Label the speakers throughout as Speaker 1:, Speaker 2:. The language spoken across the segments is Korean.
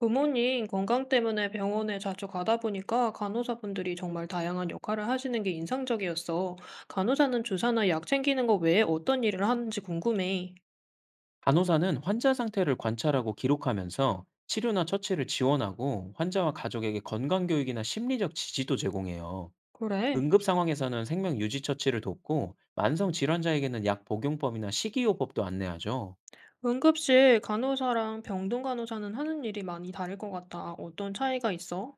Speaker 1: 부모님 건강 때문에 병원에 자주 가다 보니까 간호사분들이 정말 다양한 역할을 하시는 게 인상적이었어. 간호사는 주사나 약 챙기는 거 외에 어떤 일을 하는지 궁금해.
Speaker 2: 간호사는 환자 상태를 관찰하고 기록하면서 치료나 처치를 지원하고 환자와 가족에게 건강 교육이나 심리적 지지도 제공해요.
Speaker 1: 그래.
Speaker 2: 응급 상황에서는 생명 유지 처치를 돕고 만성 질환자에게는 약 복용법이나 식이요법도 안내하죠.
Speaker 1: 응급실 간호사랑 병동 간호사는 하는 일이 많이 다를 것 같아. 어떤 차이가 있어?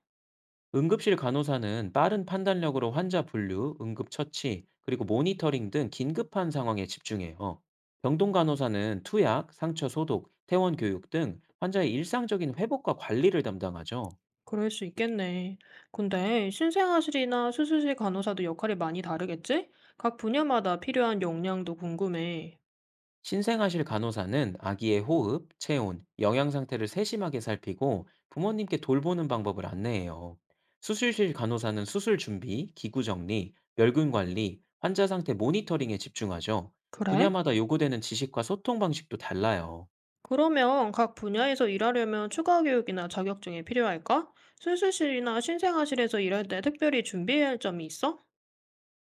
Speaker 2: 응급실 간호사는 빠른 판단력으로 환자 분류, 응급 처치, 그리고 모니터링 등 긴급한 상황에 집중해요. 병동 간호사는 투약, 상처 소독, 퇴원 교육 등 환자의 일상적인 회복과 관리를 담당하죠.
Speaker 1: 그럴 수 있겠네. 근데 신생아실이나 수술실 간호사도 역할이 많이 다르겠지? 각 분야마다 필요한 역량도 궁금해.
Speaker 2: 신생아실 간호사는 아기의 호흡, 체온, 영양 상태를 세심하게 살피고 부모님께 돌보는 방법을 안내해요. 수술실 간호사는 수술 준비, 기구 정리, 멸균 관리, 환자 상태 모니터링에 집중하죠.
Speaker 1: 그래?
Speaker 2: 분야마다 요구되는 지식과 소통 방식도 달라요.
Speaker 1: 그러면 각 분야에서 일하려면 추가 교육이나 자격증이 필요할까? 수술실이나 신생아실에서 일할 때 특별히 준비해야 할 점이 있어?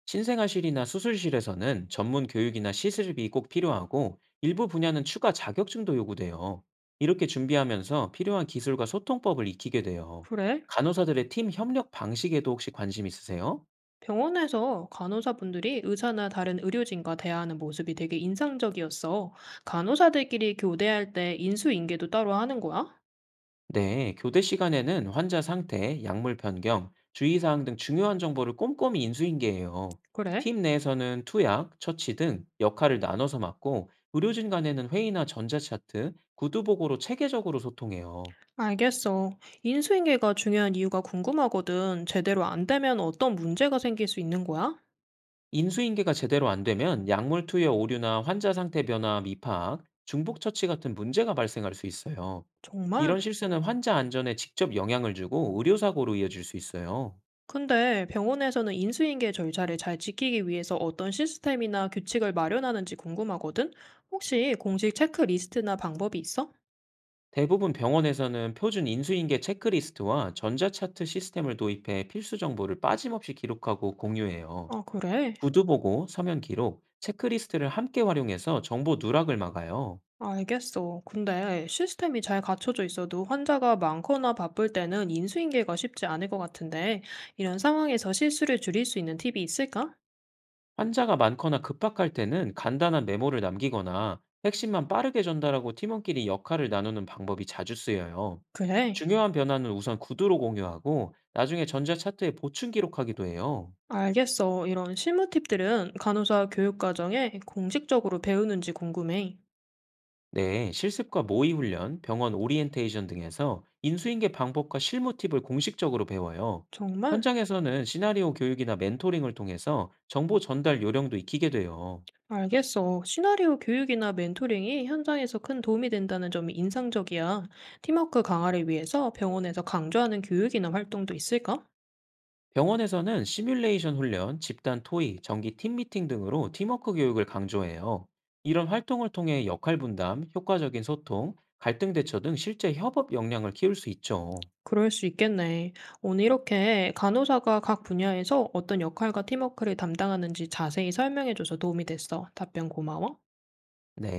Speaker 2: 신생아실이나 수술실에서는 전문 교육이나 시술비 꼭 필요하고 일부 분야는 추가 자격증도 요구돼요. 이렇게 준비하면서 필요한 기술과 소통법을 익히게 돼요.
Speaker 1: 그래?
Speaker 2: 간호사들의 팀 협력 방식에도 혹시 관심 있으세요?
Speaker 1: 병원에서 간호사분들이 의사나 다른 의료진과 대화하는 모습이 되게 인상적이었어. 간호사들끼리 교대할 때 인수인계도 따로 하는 거야?
Speaker 2: 네, 교대 시간에는 환자 상태, 약물 변경, 주의사항 등 중요한 정보를 꼼꼼히 인수인계해요.
Speaker 1: 그래?
Speaker 2: 팀 내에서는 투약, 처치 등 역할을 나눠서 맡고 의료진 간에는 회의나 전자차트, 구두보고로 체계적으로 소통해요.
Speaker 1: 알겠어. 인수인계가 중요한 이유가 궁금하거든. 제대로 안 되면 어떤 문제가 생길 수 있는 거야?
Speaker 2: 인수인계가 제대로 안 되면 약물 투여 오류나 환자 상태 변화, 미파악, 중복 처치 같은 문제가 발생할 수 있어요. 이런
Speaker 1: 정말?
Speaker 2: 실수는 환자 안전에 직접 영향을 주고 의료사고로 이어질 수 있어요.
Speaker 1: 근데 병원에서는 인수인계 절차를 잘 지키기 위해서 어떤 시스템이나 규칙을 마련하는지 궁금하거든? 혹시 공식 체크리스트나 방법이 있어?
Speaker 2: 대부분 병원에서는 표준 인수인계 체크리스트와 전자차트 시스템을 도입해 필수 정보를 빠짐없이 기록하고 공유해요.
Speaker 1: 아, 그래?
Speaker 2: 구두보고, 서면 기록, 체크리스트를 함께 활용해서 정보 누락을 막아요.
Speaker 1: 알겠어. 근데 시스템이 잘 갖춰져 있어도 환자가 많거나 바쁠 때는 인수인계가 쉽지 않을 것 같은데, 이런 상황에서 실수를 줄일 수 있는 팁이 있을까?
Speaker 2: 환자가 많거나 급박할 때는 간단한 메모를 남기거나 핵심만 빠르게 전달하고 팀원끼리 역할을 나누는 방법이 자주 쓰여요.
Speaker 1: 그래.
Speaker 2: 중요한 변화는 우선 구두로 공유하고 나중에 전자차트에 보충 기록하기도 해요.
Speaker 1: 알겠어. 이런 실무 팁들은 간호사 교육 과정에 공식적으로 배우는지 궁금해.
Speaker 2: 네, 실습과 모의 훈련, 병원 오리엔테이션 등에서 인수인계 방법과 실무 팁을 공식적으로 배워요.
Speaker 1: 정말?
Speaker 2: 현장에서는 시나리오 교육이나 멘토링을 통해서 정보 전달 요령도 익히게 돼요.
Speaker 1: 알겠어. 시나리오 교육이나 멘토링이 현장에서 큰 도움이 된다는 점이 인상적이야. 팀워크 강화를 위해서 병원에서 강조하는 교육이나 활동도 있을까?
Speaker 2: 병원에서는 시뮬레이션 훈련, 집단 토의, 정기 팀 미팅 등으로 팀워크 교육을 강조해요. 이런 활동을 통해 역할 분담, 효과적인 소통, 갈등 대처 등 실제 협업 역량을 키울 수 있죠.
Speaker 1: 그럴 수 있겠네. 오늘 이렇게 간호사가 각 분야에서 어떤 역할과 팀워크를 담당하는지 자세히 설명해줘서 도움이 됐어. 답변 고마워.
Speaker 2: 네.